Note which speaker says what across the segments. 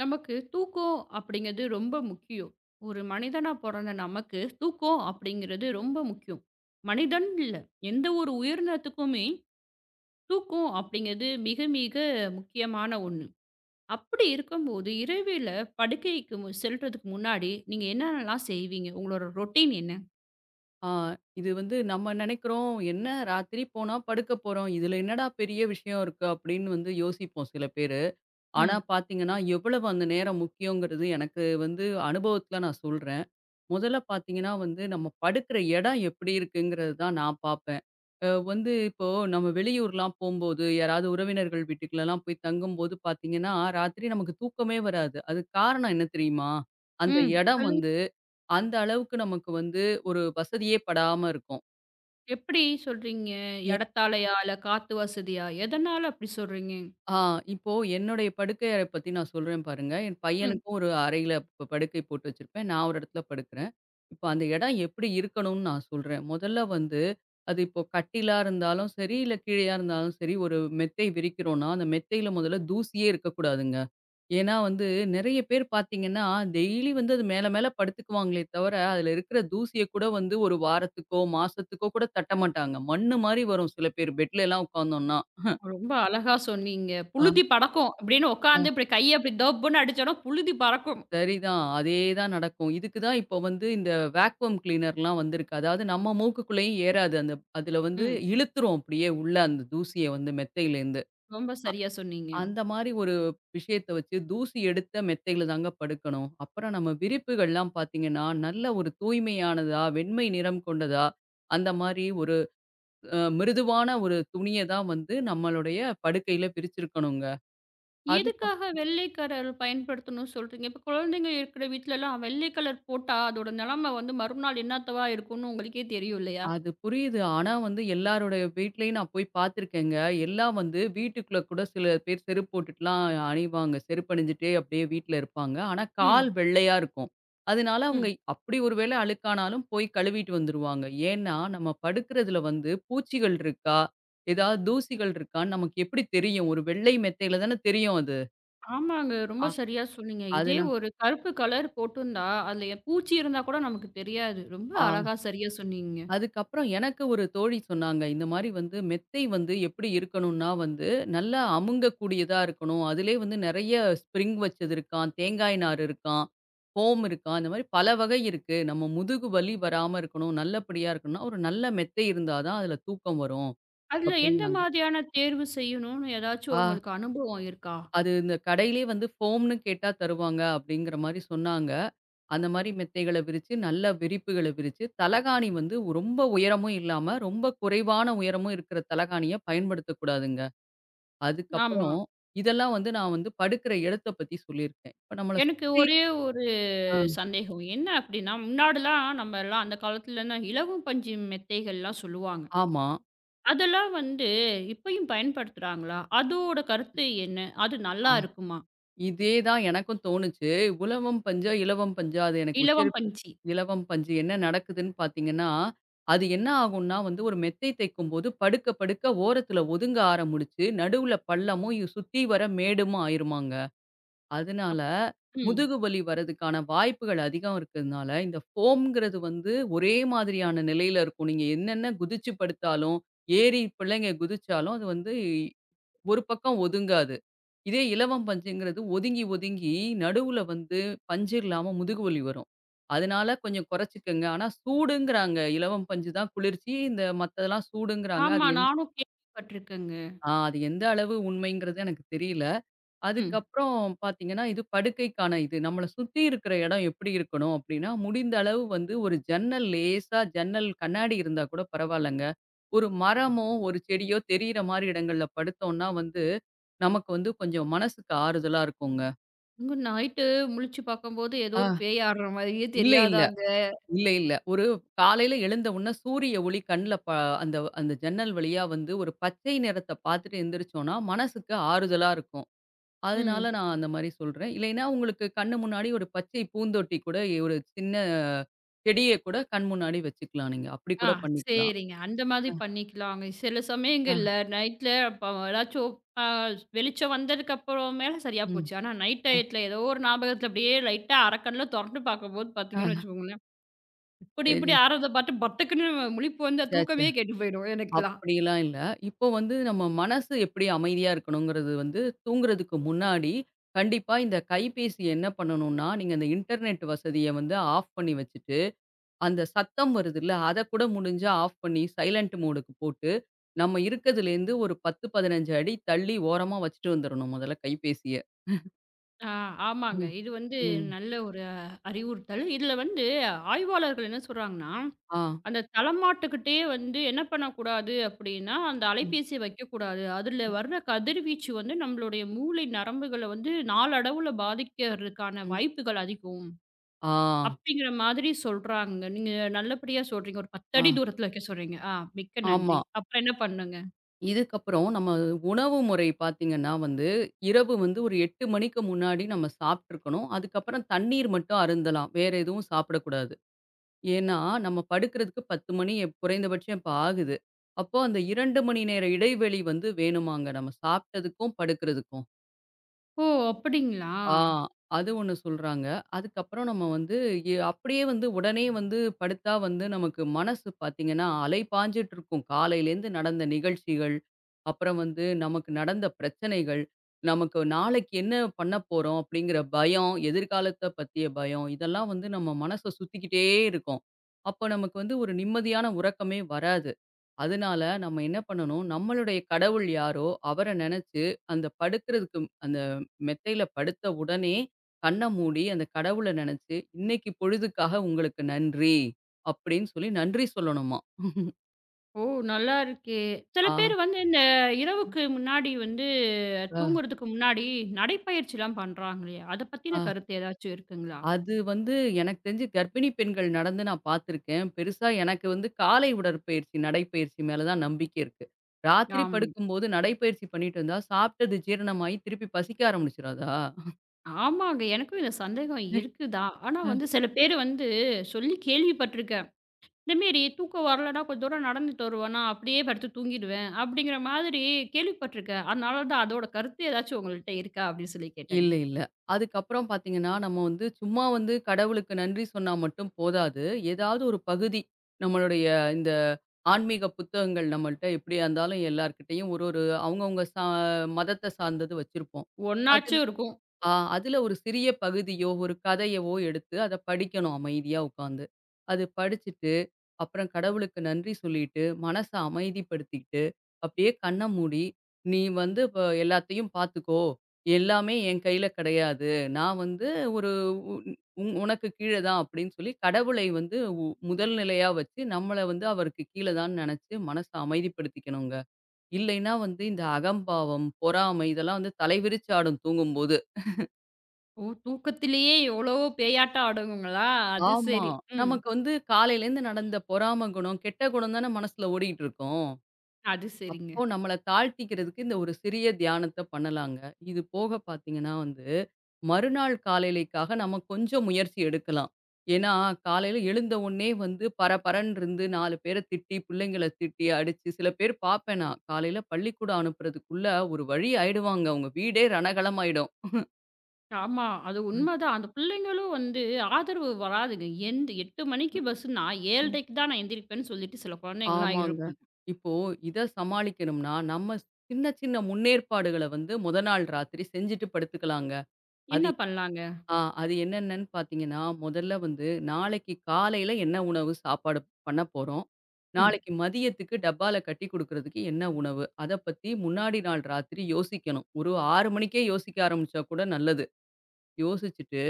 Speaker 1: நமக்கு தூக்கம் அப்படிங்கிறது ரொம்ப முக்கியம். ஒரு மனிதனா பொறந்த நமக்கு தூக்கம் அப்படிங்கிறது ரொம்ப முக்கியம். மனிதன் இல்ல, எந்த ஒரு உயிரினத்துக்குமே தூக்கம் அப்படிங்கிறது மிக மிக முக்கியமான ஒண்ணு. அப்படி இருக்கும்போது இரவில படுக்கைக்கு செல்றதுக்கு முன்னாடி நீங்க என்னென்னலாம் செய்வீங்க? உங்களோட ரொட்டீன் என்ன?
Speaker 2: ஆ, இது வந்து நம்ம நினைக்கிறோம், "என்ன ராத்திரி போனா படுக்க போறோம். இதுல என்னடா பெரிய விஷயம் இருக்கு?" அப்படின்னு வந்து யோசிப்போம் சில பேரு. ஆனா
Speaker 1: ம்.
Speaker 2: பார்த்தீங்கன்னா, எவ்வளவு அந்த நேரம் முக்கியங்கிறது எனக்கு வந்து அனுபவத்துல நான் சொல்றேன். முதல்ல பார்த்தீங்கன்னா வந்து, நம்ம படுக்கிற இடம் எப்படி இருக்குங்கிறது தான் நான் பார்ப்பேன். வந்து இப்போ நம்ம வெளியூர்லாம் போம்போது, யாராவது உறவினர்கள் வீட்டுக்குலலாம் போய் தங்கும்போது பார்த்தீங்கன்னா, ராத்திரி நமக்கு தூக்கமே வராது. அதுக்கு காரணம் என்ன தெரியுமா? அந்த
Speaker 1: ம்.
Speaker 2: இடம்
Speaker 1: சொல்லுங்க.
Speaker 2: வந்து, அந்த அளவுக்கு நமக்கு வந்து ஒரு வசதியே படாம இருக்கும்.
Speaker 1: எப்படி சொல்றீங்க?
Speaker 2: ஏ
Speaker 1: எடத்தாலயா? இல்ல காத்து வசதியா? எதனால அப்படி சொல்றீங்க?
Speaker 2: ஆ இப்போ என்னுடைய படுக்கை அறை பத்தி நான் சொல்றேன் பாருங்க. என்
Speaker 1: ம்.
Speaker 2: பையனுக்கும் ஒரு அறையில படுக்கை போட்டு வச்சிருப்பேன். நான் ஒரு இடத்துல படுக்கிறேன். இப்போ அந்த இடம் எப்படி இருக்கணும்னு நான் சொல்றேன். முதல்ல வந்து அது இப்போ கட்டிலா இருந்தாலும் சரி, இல்ல கீழயா இருந்தாலும் சரி, ஒரு மெத்தை விரிக்கிறோம்னா, அந்த மெத்தையில முதல்ல தூசியே இருக்கக்கூடாதுங்க. ஏன்னா வந்து நெறைய பேர் பார்த்தீங்கன்னா, டெய்லி வந்து அது மேல மேல படுத்துக்குவாங்களே தவிர, அதுல இருக்கிற தூசிய கூட வந்து ஒரு வாரத்துக்கோ, மாசத்துக்கோ கூட தட்ட மாட்டாங்க. மண்ணு மாரி வரும் சில பேர் பெட்லலாம் உட்காந்தோம்னா.
Speaker 1: ரொம்ப அழகா சொன்னீங்க.
Speaker 2: ஆ,
Speaker 1: "புழுதி பறக்கும்" அப்படின்னு
Speaker 2: ஆ.
Speaker 1: உட்கார்ந்து இப்படி கைய அப்படி தப்புன்னு அடிச்சோம்னா, புழுதி பறக்கும்.
Speaker 2: சரிதான். அதே தான் நடக்கும். இதுக்கு தான் இப்போ வந்து இந்த வேக்குவம் கிளீனர்லாம் வந்திருக்கு. அதாவது நம்ம மூக்குக்குள்ளேயும் ஏறாது. அந்த அதில வந்து
Speaker 1: ம்.
Speaker 2: இழுத்துரும் அப்படியே உள்ள அந்த தூசிய வந்து மெத்தையிலேருந்து.
Speaker 1: ரொம்ப சரியா சொன்னீங்க.
Speaker 2: அந்த மாரி ஒரு விஷயத்த வச்சு தூசி எடுத்த மெத்தையில தாங்க படுக்கணும். அப்புறம் நம்ம விரிப்புகள்லாம் பார்த்தீங்கன்னா, நல்ல ஒரு தூய்மையானதா, வெண்மை நிறம் கொண்டதா, அந்த மாரி ஒரு மிருதுவான ஒரு துணிய தான் வந்து நம்மளுடைய படுக்கையில விரிச்சிருக்கணுங்க. அதுக்கப்
Speaker 1: எதுக்காக வெள்ளை கலர் பயன்படுத்தணும்னு சொல்றீங்க? இப்ப குழந்தைங்க இருக்கிற வீட்லலாம் வெள்ளை கலர் போட்டா, அதோட நிலைமை வந்து மறுநாள் என்னத்தவா இருக்கும்னு உங்களுக்கே தெரியும் இல்லையா?
Speaker 2: அது புரியுது. ஆனா வந்து எல்லாருடைய வீட்லயும் நான் போய் பார்த்துருக்கேங்க. எல்லாம் வந்து வீட்டுக்குள்ள கூட சில பேர் செருப்பு போட்டுட்டுலாம் அணிவாங்க. செருப்பு அணிஞ்சுட்டே அப்படியே வீட்ல இருப்பாங்க. ஆனா
Speaker 1: ம்,
Speaker 2: கால் வெள்ளையா இருக்கும். அதனால அவங்க
Speaker 1: ம்.
Speaker 2: அப்படி ஒரு வேளை அழுக்கானாலும் போய் கழுவிட்டு வந்துருவாங்க. ஏன்னா, நம்ம படுக்கிறதுல வந்து பூச்சிகள் இருக்கா? ஏதாவது தூசிகள் இருக்கான்னு நமக்கு எப்படி தெரியும்? ஒரு வெள்ளை மெத்தையில தானே தெரியும் அது.
Speaker 1: ஆமாங்க. ரொம்ப
Speaker 2: அ
Speaker 1: சரியா சொன்னீங்க. இதே
Speaker 2: அதுனா
Speaker 1: ஒரு கருப்பு கலர் போட்டிருந்தா, அதுல பூச்சி இருந்தா கூட நமக்கு தெரியாது. ரொம்ப
Speaker 2: ஆ.
Speaker 1: அழகா சரியா சொன்னீங்க.
Speaker 2: அதுக்கப்புறம் எனக்கு ஒரு தோழி சொன்னாங்க, இந்த மாரி வந்து மெத்தை வந்து எப்படி இருக்கணும்னா வந்து, நல்லா அமுங்கக்கூடியதா இருக்கணும். அதிலயே வந்து நெறைய ஸ்ப்ரிங் வச்சது இருக்காம், தேங்காய் நார் இருக்காம், ஃபோம் இருக்காம். இந்த மாரி பல வகை இருக்கு. நம்ம முதுகு வலி வராம இருக்கணும், நல்லபடியா இருக்கணும்னா, ஒரு நல்ல மெத்தை இருந்தா தான் அதில தூக்கம் வரும்.
Speaker 1: அதுல எந்த
Speaker 2: அப்படின்னாங்க.
Speaker 1: மாதிரியான தேர்வு செய்யணும்னு ஏதாச்சும்
Speaker 2: ஆ.
Speaker 1: உங்களுக்கு அனுபவம் இருக்கா?
Speaker 2: அது இந்த கடையிலேயே வந்து ஃபோம்ன்னு கேட்டா தருவாங்க அப்படிங்கிற மாரி சொன்னாங்க. அந்த மாரி மெத்தைகள விரிச்சு, நல்ல விரிப்புகள விரிச்சு, தலகாணி வந்து ரொம்ப உயரமும் இல்லாம, ரொம்ப குறைவான உயரமும் இருக்கிற தலகாணிய பயன்படுத்தக்கூடாதுங்க.
Speaker 1: ஆமா.
Speaker 2: அதுக்கப்புறம் இதெல்லாம் வந்து நான் வந்து படுக்கிற இடத்த பத்தி சொல்லியிருக்கேன். இப்ப நம்மள
Speaker 1: எனக்கு
Speaker 2: சுற்றி.
Speaker 1: ஒரே ஒரு
Speaker 2: ஆ.
Speaker 1: சந்தேகம். என்ன அப்டின்னா, முன்னாடிலாம் நம்மலாம் அந்த காலத்துலலாம் இலவம் பஞ்சு மெத்தைகள்லாம் சொல்லுவாங்க.
Speaker 2: ஆமா.
Speaker 1: அதெல்லாம் வந்து இப்பயும் பயன்படுத்துறாங்களா? அதோட கருத்து என்ன? அது நல்லா இருக்குமா?
Speaker 2: இதே தான் எனக்கும் தோணுச்சு. உலவம் பஞ்சா, இலவம் பஞ்சா அது எனக்கு
Speaker 1: இலவம்
Speaker 2: உச்சரிப்பு.
Speaker 1: பஞ்சு.
Speaker 2: இலவம் பஞ்சு என்ன நடக்குதுன்னு பார்த்தீங்கன்னா, அது என்ன ஆகும்னா வந்து ஒரு மெத்தை தைக்கும்போது படுக்க படுக்க ஓரத்துல ஒதுங்க ஆரம்பிச்சு, நடுவுல பள்ளமும் சுத்தி வர மேடுமா ஆயிருமாங்க. அதனால
Speaker 1: ம்.
Speaker 2: முதுகு வலி வரதுக்கான வாய்ப்புகள் அதிகம் இருக்கிறதுனால, இந்த ஃபோம்ங்கிறது வந்து ஒரே மாதிரியான நிலையில இருக்கும். நீங்க என்னென்ன குதிச்சு படுத்தாலும், ஏறி பிள்ளைங்க குதிச்சாலும் அது வந்து ஒரு பக்கம் ஒதுங்காது. இதே இலவம் பஞ்சுங்கிறது ஒதுங்கி, ஒதுங்கி நடுவுல வந்து பஞ்சு இல்லாம முதுகு வலி வரும். அதனால கொஞ்சம் குறைச்சுக்கங்க. ஆனா சூடுங்கிறாங்க. இலவம் பஞ்சு தான் குளிர்ச்சி. இந்த மத்ததெல்லாம் சூடுங்கிறாங்க.
Speaker 1: ஆமா, நானும் கேள்விப்பட்டுருக்கேங்க.
Speaker 2: அது எந்த அளவு உண்மைங்கிறது எனக்கு தெரியல.
Speaker 1: ம்.
Speaker 2: அதுக்கப்புறம் பார்த்தீங்கன்னா, இது படுக்கைக்கான இது. நம்மள சுத்தி இருக்கிற இடம் எப்படி இருக்கணும் அப்படின்னா, முடிந்த அளவு வந்து ஒரு ஜன்னல் லேசா ஜன்னல் கண்ணாடி இருந்தா கூட பரவாயில்லங்க. ஒரு மரமோ, ஒரு செடியோ தெரியிற மாரி இடங்கள்ல படுத்தோம்னா வந்து, நமக்கு வந்து கொஞ்சம் மனசுக்கு ஆறுதலா இருக்குங்க.
Speaker 1: இங்க நைட்டு முழிச்சு பார்க்கும்போது ஏதோ
Speaker 2: ஆ
Speaker 1: ஒரு பேய் ஆடுற மாதிரியே
Speaker 2: இல்ல, இல்ல.
Speaker 1: தெரியாதாங்க.
Speaker 2: இல்ல, இல்ல. ஒரு காலையில எழுந்த உடனே சூரிய ஒளி கண்ல அந்த அந்த ஜன்னல் வழியா வந்து ஒரு பச்சை நிறத்த பார்த்துட்டு எந்திரிச்சோம்னா, மனசுக்கு ஆறுதலா இருக்கும். அதனால
Speaker 1: ம்.
Speaker 2: நான் அந்த மாரி சொல்றேன். இல்லைன்னா உங்களுக்கு கண்ணு முன்னாடி ஒரு பச்சை பூந்தொட்டி கூட ஒரு சின்ன செடிய கூட கண் முன்னாடி வச்சுக்கலாம் நீங்க. அப்படி
Speaker 1: ஆ
Speaker 2: கூட பண்ணிக்கலாம்.
Speaker 1: சரிங்க. அந்த மாதிரி பண்ணிக்கலாங்க. சில
Speaker 2: ஆ.
Speaker 1: சமயங்கள்ல நைட்ல அப்ப ஏதாச்சும் அ வெளிச்சம் வந்ததுக்கு அப்புறம் மேல சரியா
Speaker 2: ம்.
Speaker 1: போச்சு. ஆனா நைட்
Speaker 2: ஆ.
Speaker 1: டயத்துல ஏதோ ஒரு ஞாபகத்துல அப்படியே லைட்டா அரக்கண்ல தொறந்து பார்க்கும்போது பார்த்தீங்கன்னு
Speaker 2: ஆ.
Speaker 1: வச்சுக்கோங்களேன், இப்படி இப்படி
Speaker 2: சரி.
Speaker 1: ஆறத பார்த்து பட்டுக்குன்னு முழிப்பு வந்து
Speaker 2: ச்சே ச்சே.
Speaker 1: தூக்கமே கெட்டு போயிடும் எனக்கெல்லாம்.
Speaker 2: அப்படிலாம் இல்ல. இப்போ வந்து நம்ம மனசு எப்படி அமைதியா இருக்கணுங்கிறது வந்து தூங்குறதுக்கு முன்னாடி கண்டிப்பா இந்த கைபேசி என்ன பண்ணணும்னா, நீங்க அந்த இன்டர்நெட் வசதிய வந்து ஆஃப் பண்ணி வச்சுட்டு அந்த சத்தம் வருதுல்ல, அதக்கூட முடிஞ்சா ஆஃப் பண்ணி சைலன்ட் மோடுக்கு போட்டு, நம்ம இருக்கதுலேருந்து ஒரு 10, 15 அடி தள்ளி ஓரமா வச்சுட்டு வந்துரணும் முதல்ல கைபேசிய.
Speaker 1: ஆ ஆமாங்க.
Speaker 2: ம்,
Speaker 1: இது வந்து
Speaker 2: ம்,
Speaker 1: நல்ல ஒரு அறிவுறுத்தல். இதுல வந்து ஆய்வாளர்கள் என்ன சொல்றாங்கன்னா
Speaker 2: ஆ.
Speaker 1: அந்த தலைமாட்டுக்கிட்டே வந்து என்ன பண்ணக்கூடாது அப்படின்னா, அந்த
Speaker 2: ம்,
Speaker 1: அலைபேசிய வைக்கக்கூடாது. அதுல
Speaker 2: ம்,
Speaker 1: வர்ற கதிர்வீச்சு வந்து நம்மளுடைய மூளை நரம்புகள வந்து நாளடைவுல பாதிக்கிறதுக்கான
Speaker 2: ம்.
Speaker 1: வாய்ப்புகள் அதிகம்.
Speaker 2: ஆ,
Speaker 1: அப்படிங்கிற மாதிரி சொல்றாங்க. நீங்க நல்லபடியா சொல்றீங்க. ஒரு 10
Speaker 2: ஆ,
Speaker 1: அடி தூரத்துல வைக்க சொல்றீங்க. ஆ மிக்க
Speaker 2: ஆமா.
Speaker 1: நன்றி. அப்புறம் என்ன பண்ணுங்க?
Speaker 2: இதுக்கப்புறம் நம்ம உணவு முறை பார்த்தீங்கன்னா வந்து, இரவு வந்து ஒரு 8 மணிக்கு முன்னாடி நம்ம சாப்ட்டுருக்கணும். அதுக்கப்புறம் தண்ணீர் மட்டும் அருந்தலாம். வேற எதுவும் சாப்பிடக்கூடாது. ஏன்னா, நம்ம படுக்கிறதுக்கு 10 மணி எப் குறைந்தபட்சம் இப்ப ஆகுது. அப்போ அந்த 2 மணி நேர இடைவெளி வந்து வேணுமாங்க. நம்ம சாப்பிட்டதுக்கும், படுக்கிறதுக்கும்.
Speaker 1: ஓ! அப்படிங்களா?
Speaker 2: ஆ, அது ஒண்ணு சொல்றாங்க. அதுக்கப்புறம் நம்ம வந்து அப்படியே வந்து உடனே வந்து படுத்தா வந்து நமக்கு மனசு பார்த்தீங்கன்னா, அலைபாஞ்சுட்டு இருக்கும். காலையிலேருந்து நடந்த நிகழ்ச்சிகள், அப்புறம் வந்து நமக்கு நடந்த பிரச்சனைகள், நமக்கு நாளைக்கு என்ன பண்ண போறோம் அப்படிங்கிற பயம், எதிர்காலத்த பத்திய பயம், இதெல்லாம் வந்து நம்ம மனச சுத்திக்கிட்டே இருக்கும். அப்போ நமக்கு வந்து ஒரு நிம்மதியான உறக்கமே வராது. அதனால நம்ம என்ன பண்ணணும், நம்மளுடைய கடவுள் யாரோ அவர நெனச்சு அந்த படுக்கிறதுக்கு அந்த மெத்தையில படுத்த உடனே கண்ண மூடி அந்த கடவுள நெனச்சு, "இன்னைக்கு பொழுதுக்காக உங்களுக்கு நன்றி" அப்படின்னு சொல்லி நன்றி சொல்லணுமாம்.
Speaker 1: ஓ! நல்லா இருக்கே. சில
Speaker 2: ஆ,
Speaker 1: பேர் வந்து இந்த இரவுக்கு முன்னாடி வந்து
Speaker 2: அ,
Speaker 1: தூங்குறதுக்கு முன்னாடி நடைப்பயிற்சிலாம் பண்றாங்க இல்லையா? அத
Speaker 2: அ
Speaker 1: பத்தின கருத்து ஏதாச்சும் இருக்குங்களா?
Speaker 2: அது வந்து எனக்கு தெரிஞ்சு கர்ப்பிணி பெண்கள் நடந்து நான் பார்த்துருக்கேன். பெருசா எனக்கு வந்து காலை உடற்பயிற்சி, நடைப்பயிற்சி மேல தான் நம்பிக்கை இருக்கு. ராத்திரி
Speaker 1: ஆமா.
Speaker 2: படுக்கும்போது நடைப்பயிற்சி பண்ணிட்டு இருந்தா, சாப்பிட்டது ஜீரணமாயி திருப்பி பசிக்க ஆரம்பிச்சுராதா?
Speaker 1: ஆமாங்க. எனக்கும் இந்த சந்தேகம் இருக்கு தான். ஆனா வந்து சில பேரு வந்து சொல்லி கேள்விப்பட்டுருக்கேன். இந்த மாரி தூக்கம் வரலன்னா கொஞ்சம் தூரம் நடந்துட்டு வருவேனா, அப்படியே படுத்து தூங்கிடுவேன். அப்படிங்கிற மாதிரி கேள்விப்பட்டுருக்கேன். அதனால தான் அதோட கருத்து ஏதாச்சும் உங்கள்ட்ட இருக்கா? அப்படின்னு சொல்லி கேட்டேங்க.
Speaker 2: இல்ல, இல்ல. அதுக்கப்புறம் பார்த்தீங்கன்னா, நம்ம வந்து சும்மா வந்து கடவுளுக்கு நன்றி சொன்னா மட்டும் போதாது. ஏதாவது ஒரு பகுதி, நம்மளுடைய இந்த ஆன்மீக புத்தகங்கள் நம்மள்ட்ட எப்படியா இருந்தாலும் எல்லார்கிட்டயும் ஒரு ஒரு அவங்கவங்க மதத்த சார்ந்தது வச்சிருப்போம். அதில்
Speaker 1: ஒண்ணாச்சும் இருக்கும்.
Speaker 2: ஆ அதில ஒரு சிறிய பகுதியோ, ஒரு கதையவோ எடுத்து அத படிக்கணும் அமைதியா உட்காந்து. அது படிச்சுட்டு அப்புறம் கடவுளுக்கு நன்றி சொல்லிட்டு, மனச அமைதிப்படுத்திக்கிட்டு, அப்படியே கண்ண மூடி, "நீ வந்து இப்ப எல்லாத்தையும் பார்த்துக்கோ. எல்லாமே என் கையில கிடையாது. நான் வந்து ஒரு உ உன் உனக்கு கீழ தான்" அப்படின்னு சொல்லி கடவுளை வந்து முதல் நிலையா வச்சு, நம்மள வந்து அவருக்கு கீழ தான்னு நெனச்சு மனச அமைதிப்படுத்திக்கணுங்க. இல்லைன்னா வந்து இந்த அகம்பாவம், பொறாமை இதெல்லாம் வந்து தலைவிரிச்சு ஆடும் தூங்கும்போது.
Speaker 1: ஓ! தூக்கத்திலேயே எவ்வளவோ பேயாட்டம் ஆடுங்களா? அது
Speaker 2: ஆமா.
Speaker 1: சரி. ம்.
Speaker 2: நமக்கு வந்து காலையிலேருந்து நடந்த பொறாம குணம், கெட்ட குணம் தானே மனசுல ஓடிக்கிட்டு இருக்கும்.
Speaker 1: அது சரிங்க.
Speaker 2: அப்போ நம்மள தாழ்த்திக்கிறதுக்கு இந்த ஒரு சிறிய தியானத்த பண்ணலாங்க. இது போக பார்த்தீங்கன்னா வந்து, மறுநாள் காலையிலைக்காக நம்ம கொஞ்சம் முயற்சி எடுக்கலாம். ஏன்னா, காலையில எழுந்த உடனே வந்து பரபரன்னு இருந்து 4 பேர திட்டி, பிள்ளைங்கள திட்டி, அடிச்சு சில பேர் பார்ப்பேன் நான். காலையில பள்ளிக்கூடம் அனுப்புறதுக்குள்ள ஒரு வழி ஆயிடுவாங்க. அவங்க வீடே ரணகளமாயிடும்.
Speaker 1: ஆமா. அது
Speaker 2: ம்,
Speaker 1: உண்மதான். அந்த பிள்ளைங்களும் வந்து ஆதரவு வராதுங்க. எந்த 8 மணிக்கு பஸ்ஸுன்னா
Speaker 2: ம்.
Speaker 1: 7:30க்கு தான் நான் எந்திரிப்பேன்னு சொல்லிட்டு சில குழந்தைங்கலாம்
Speaker 2: ஆமாங்க.
Speaker 1: இருக்கும்.
Speaker 2: இப்போ இத சமாளிக்கணும்னா, நம்ம சின்ன சின்ன முன்னேற்பாடுகள வந்து மொத நாள் ராத்திரி செஞ்சுட்டு படுத்துக்கலாங்க.
Speaker 1: என்ன
Speaker 2: அது.
Speaker 1: பண்ணலாங்க?
Speaker 2: அது என்னென்னன்னு பார்த்தீங்கன்னா, முதல்ல வந்து நாளைக்கு காலையில என்ன உணவு சாப்பாடு பண்ண போறோம்?
Speaker 1: ம்.
Speaker 2: நாளைக்கு மதியத்துக்கு டப்பால கட்டி குடுக்குறதுக்கு என்ன உணவு? அத பத்தி முன்னாடி நாள் ராத்திரி யோசிக்கணும். ஒரு 6 மணிக்கே யோசிக்க ஆரம்பிச்சா கூட நல்லது. யோசிச்சுட்டு,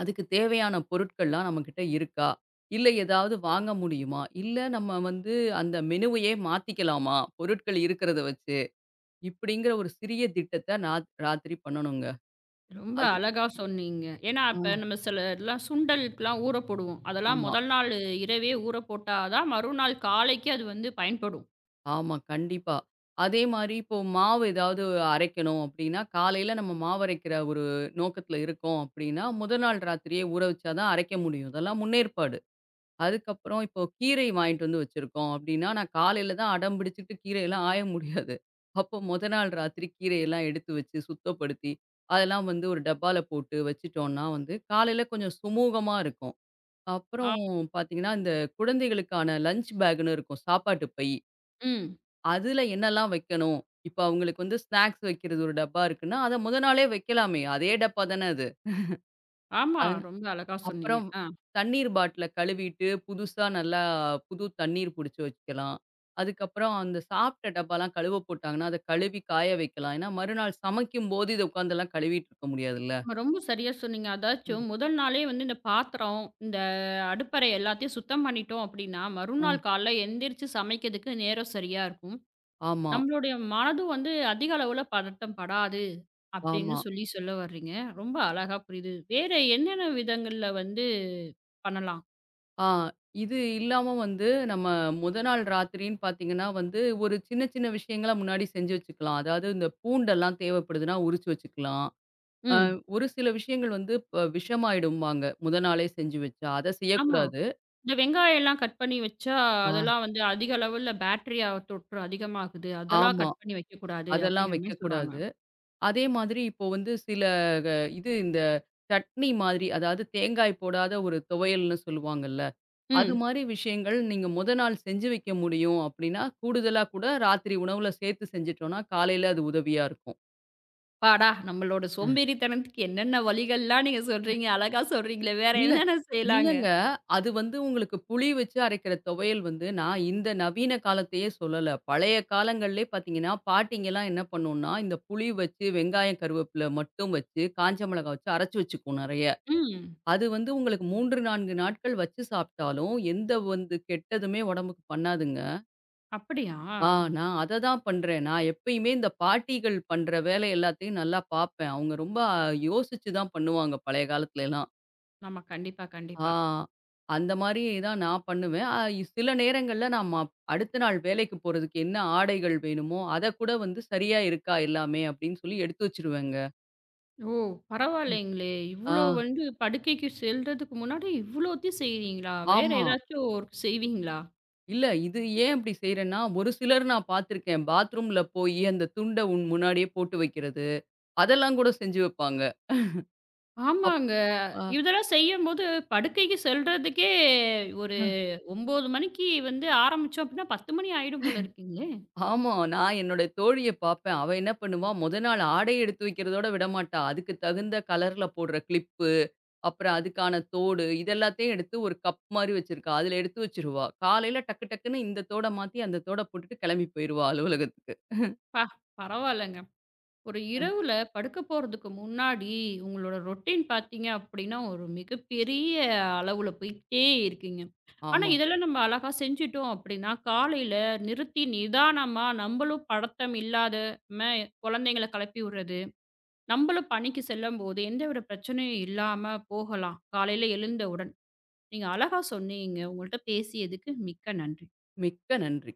Speaker 2: அதுக்கு தேவையான பொருட்கள்லாம் நம்மகிட்ட இருக்கா? இல்ல ஏதாவது வாங்க முடியுமா? இல்ல நம்ம வந்து அந்த மெனுவையே மாத்திக்கலாமா? பொருட்கள் இருக்கிறத வச்சு. இப்படிங்கிற ஒரு சிறிய திட்டத்த ராத்திரி பண்ணணுங்க.
Speaker 1: ரொம்ப
Speaker 2: அது.
Speaker 1: அழகா சொன்னீங்க. ஏன்னா,
Speaker 2: ஆ
Speaker 1: இப்ப நம்ம சில இதெல்லாம் சுண்டலுக்குலாம் ஊற போடுவோம். அதெல்லாம்
Speaker 2: ஆமா.
Speaker 1: முதல் நாள் இரவே ஊற போட்டா தான் மறுநாள் காலைக்கு அது வந்து பயன்படும்.
Speaker 2: ஆமா, கண்டிப்பா. அதே மாரி இப்போ மாவு ஏதாவது அரைக்கணும் அப்டின்னா, காலையில நம்ம மாவரைக்கிற ஒரு நோக்கத்துல இருக்கோம் அப்டின்னா, முதல் நாள் ராத்திரியே ஊற வச்சா தான் அரைக்க முடியும். இதெல்லாம் முன்னேற்பாடு. அதுக்கப்புறம் இப்போ கீரை வாங்கிட்டு வந்து வச்சிருக்கோம் அப்டின்னா, நான் காலையில தான் அடம் பிடிச்சுட்டு கீரையெல்லாம் ஆய முடியாது. அப்போ மொத நாள் ராத்திரி கீரையெல்லாம் எடுத்து வச்சு, சுத்தப்படுத்தி, அதெல்லாம் வந்து ஒரு டப்பால போட்டு வச்சுட்டோம்னா வந்து, காலையில கொஞ்சம் சுமூகமா இருக்கும். அப்புறம்
Speaker 1: ஆம்.
Speaker 2: பாத்தீங்கன்னா, இந்த குழந்தைகளுக்கான லஞ்ச் பேக்குன்னு இருக்கும். சாப்பாட்டு பை.
Speaker 1: ம்.
Speaker 2: அதுல என்னெல்லாம் வைக்கணும்? இப்ப அவங்களுக்கு வந்து ஸ்நாக்ஸ் வைக்கிறது ஒரு டப்பா இருக்குன்னா, அத முத நாளே வைக்கலாமே! அதே டப்பா தானே அது.
Speaker 1: ஆமா.
Speaker 2: அதன்
Speaker 1: ரொம்ப அழகா சொன்னீங்க.
Speaker 2: அப்புறம்
Speaker 1: ஆ.
Speaker 2: தண்ணீர் பாட்டில கழுவிட்டு, புதுசா நல்லா புது தண்ணீர் புடிச்சு வச்சுக்கலாம். அதுக்கப்புறம் அந்த சாப்பிட்ட டப்பாலாம் கழுவ போட்டாங்கன்னா, அத கழுவி காய வைக்கலாம். ஏன்னா, மறுநாள் சமைக்கும்போது இத உட்காந்துலாம் கழுவிட்டு இருக்க முடியாதுல்ல.
Speaker 1: ஆமா ரொம்ப சரியா சொன்னீங்க.
Speaker 2: ம்.
Speaker 1: அதாச்சும் முதல் நாளே வந்து இந்த பாத்திரம், இந்த அடுப்பறை எல்லாத்தையும் சுத்தம் பண்ணிட்டோம் அப்டின்னா,
Speaker 2: அ.
Speaker 1: மறுநாள் காலைல எந்திரிச்சு சமைக்கிறதுக்கு நேரம் சரியா இருக்கும்.
Speaker 2: ஆமா,
Speaker 1: நம்மளுடைய மனதும் வந்து அதிக அளவுல பதட்டம் படாது, அப்டின்னு
Speaker 2: ஆமா.
Speaker 1: சொல்லி சொல்ல வர்றீங்க. ரொம்ப அழகா புரியுது. வேற என்னென்ன விதங்கள்ல வந்து பண்ணலாம்.
Speaker 2: ஆ இது இல்லாம வந்து நம்ம முத நாள் ராத்திரின்னு பார்த்தீங்கன்னா வந்து, ஒரு சின்ன சின்ன விஷயங்கள முன்னாடி செஞ்சு வச்சுக்கலாம். அதாவது இந்த பூண்டெல்லாம் தேவைப்படுதுன்னா உரிச்சு வச்சுக்கலாம். அ
Speaker 1: ம்.
Speaker 2: ஒரு சில விஷயங்கள் வந்து விஷமாயிடும்பாங்க. முத நாளே செஞ்சு வச்சா. அத
Speaker 1: ஆமா.
Speaker 2: செய்யக்கூடாது.
Speaker 1: இந்த வெங்காயம்லாம் கட் பண்ணி வச்சா,
Speaker 2: ஆ.
Speaker 1: அதெல்லாம் வந்து அதிக அளவுல பேட்டரியா தொற்று அதிகமாகுது. அதெல்லாம்
Speaker 2: ஆமா.
Speaker 1: கட் பண்ணி வைக்கக்கூடாது
Speaker 2: அதெல்லாம்
Speaker 1: அப்படிங்கிற மாரி சொல்றாங்க.
Speaker 2: வைக்கக்கூடாது. அதே மாதிரி இப்போ வந்து சில க இது இந்த சட்னி மாதிரி, அதாவது தேங்காய் போடாத ஒரு துவையல்னு சொல்லுவாங்கல்ல. அது
Speaker 1: ம்.
Speaker 2: மாரி விஷயங்கள் நீங்க மொத நாள் செஞ்சு வைக்க முடியும் அப்படின்னா, கூடுதலா கூட ராத்திரி உணவுல சேர்த்து செஞ்சுட்டோம்னா, காலையில அது உதவியா இருக்கும்.
Speaker 1: அப்பாடா! நம்மளோட
Speaker 2: அ.
Speaker 1: சோம்பேறித்தனத்துக்கு என்னென்ன வழிகள்லாம் நீங்க சொல்றீங்க. அழகா சொல்றீங்களே! வேற
Speaker 2: இல்ல.
Speaker 1: என்னென்ன செய்யலாங்க?
Speaker 2: இல்லங்க. அது வந்து உங்களுக்கு புளி வச்சு அரைக்கிற துவையல் வந்து நான் இந்த நவீன காலத்தையே சொல்லல. பழைய காலங்கள்லயே பார்த்தீங்கன்னா, பாட்டிங்கலாம் என்ன பண்ணும்னா, இந்த புளி வச்சு, வெங்காயம், கருவேப்பில மட்டும் வச்சு, காஞ்ச மிளகாய் வச்சு அரைச்சு வச்சுக்கும் நெறைய.
Speaker 1: ம்.
Speaker 2: அது வந்து உங்களுக்கு 3, 4 நாட்கள் வச்சு சாப்பிட்டாலும், எந்த வந்து கெட்டதுமே உடம்புக்கு பண்ணாதுங்க.
Speaker 1: அப்படியா?
Speaker 2: ஆ நான் அத தான் பண்றேன். நான் எப்பயுமே இந்த பாட்டிகள் பண்ற வேலை எல்லாத்தையும் நல்லா பார்ப்பேன். அவங்க ரொம்ப யோசிச்சு தான் பண்ணுவாங்க பழைய காலத்துலலாம்.
Speaker 1: ஆமா. கண்டிப்பா,
Speaker 2: ஆ
Speaker 1: கண்டிப்பா.
Speaker 2: அந்த மாரி தான் நான் பண்ணுவேன். சில நேரங்கள்ல நான் அடுத்த நாள் வேலைக்கு போறதுக்கு என்ன ஆடைகள் வேணுமோ, அத கூட வந்து சரியா இருக்கா எல்லாமே அப்படின்னு சொல்லி எடுத்து வச்சுருவேங்க.
Speaker 1: ஓ! பரவாயில்லைங்களே!
Speaker 2: ஆ
Speaker 1: இவ்ளோ வந்து படுக்கைக்கு செல்றதுக்கு முன்னாடி இவ்ளோத்தையும் செய்றீங்களா? வேற
Speaker 2: ஆமா.
Speaker 1: ஏதாச்சும் ஒரு செய்வீங்களா?
Speaker 2: இல்ல. இது ஏன் அப்படி செய்றேன்னா, ஒரு சிலர் நான் பார்த்துருக்கேன். பாத்ரூம்ல போயி அந்த துண்ட உன் முன்னாடியே போட்டு வைக்கிறது. அதெல்லாம் கூட செஞ்சு வைப்பாங்க. அப்
Speaker 1: ஆமாங்க.
Speaker 2: அ.
Speaker 1: இதெல்லாம் செய்யும்போது படுக்கைக்கு செல்றதுக்கே ஒரு 9 மணிக்கு வந்து ஆரம்பிச்சோம் அப்படின்னா 10 மணி ஆயிடும் போல இருக்குங்களே!
Speaker 2: ஆமா. நான் என்னோட தோழிய பார்ப்பேன். அவ என்ன பண்ணுவா, மொத நாள் ஆடை எடுத்து வைக்கிறதோட விடமாட்டா. அதுக்கு தகுந்த கலர்ல போடுற கிளிப்பு, அப்புறம் அதுக்கான தோடு இது எல்லாத்தையும் எடுத்து ஒரு கப் மாரி வச்சிருக்கா. அதுல எடுத்து வச்சுருவா. காலையில டக்கு டக்குன்னு இந்த தோட மாத்தி, அந்த தோட போட்டுட்டு கெளம்பி போயிருவா அலுவலகத்துக்கு.
Speaker 1: அப்பா! பரவாயில்லங்க. ஒரு
Speaker 2: அ.
Speaker 1: இரவுல படுக்க போறதுக்கு முன்னாடி உங்களோட ரொட்டீன் பார்த்தீங்க அப்படின்னா, ஒரு மிகப்பெரிய அளவுல போயிட்டே இருக்குங்க. ஆனா,
Speaker 2: ஆமா.
Speaker 1: இதெல்லாம் நம்ம அழகா செஞ்சுட்டோம் அப்படின்னா, காலையில நிறுத்தி நிதானமா நம்மளும் படத்தம் இல்லாதம குழந்தைங்கள கிளப்பி விடுறது, நம்மளும் பணிக்கு செல்லும்போது எந்தவித பிரச்சனையும் இல்லாம போகலாம். காலையில எழுந்த உடனே. நீங்க அழகா சொன்னீங்க. உங்கள்ட்ட பேசியதுக்கு மிக்க நன்றி.
Speaker 2: மிக்க நன்றி.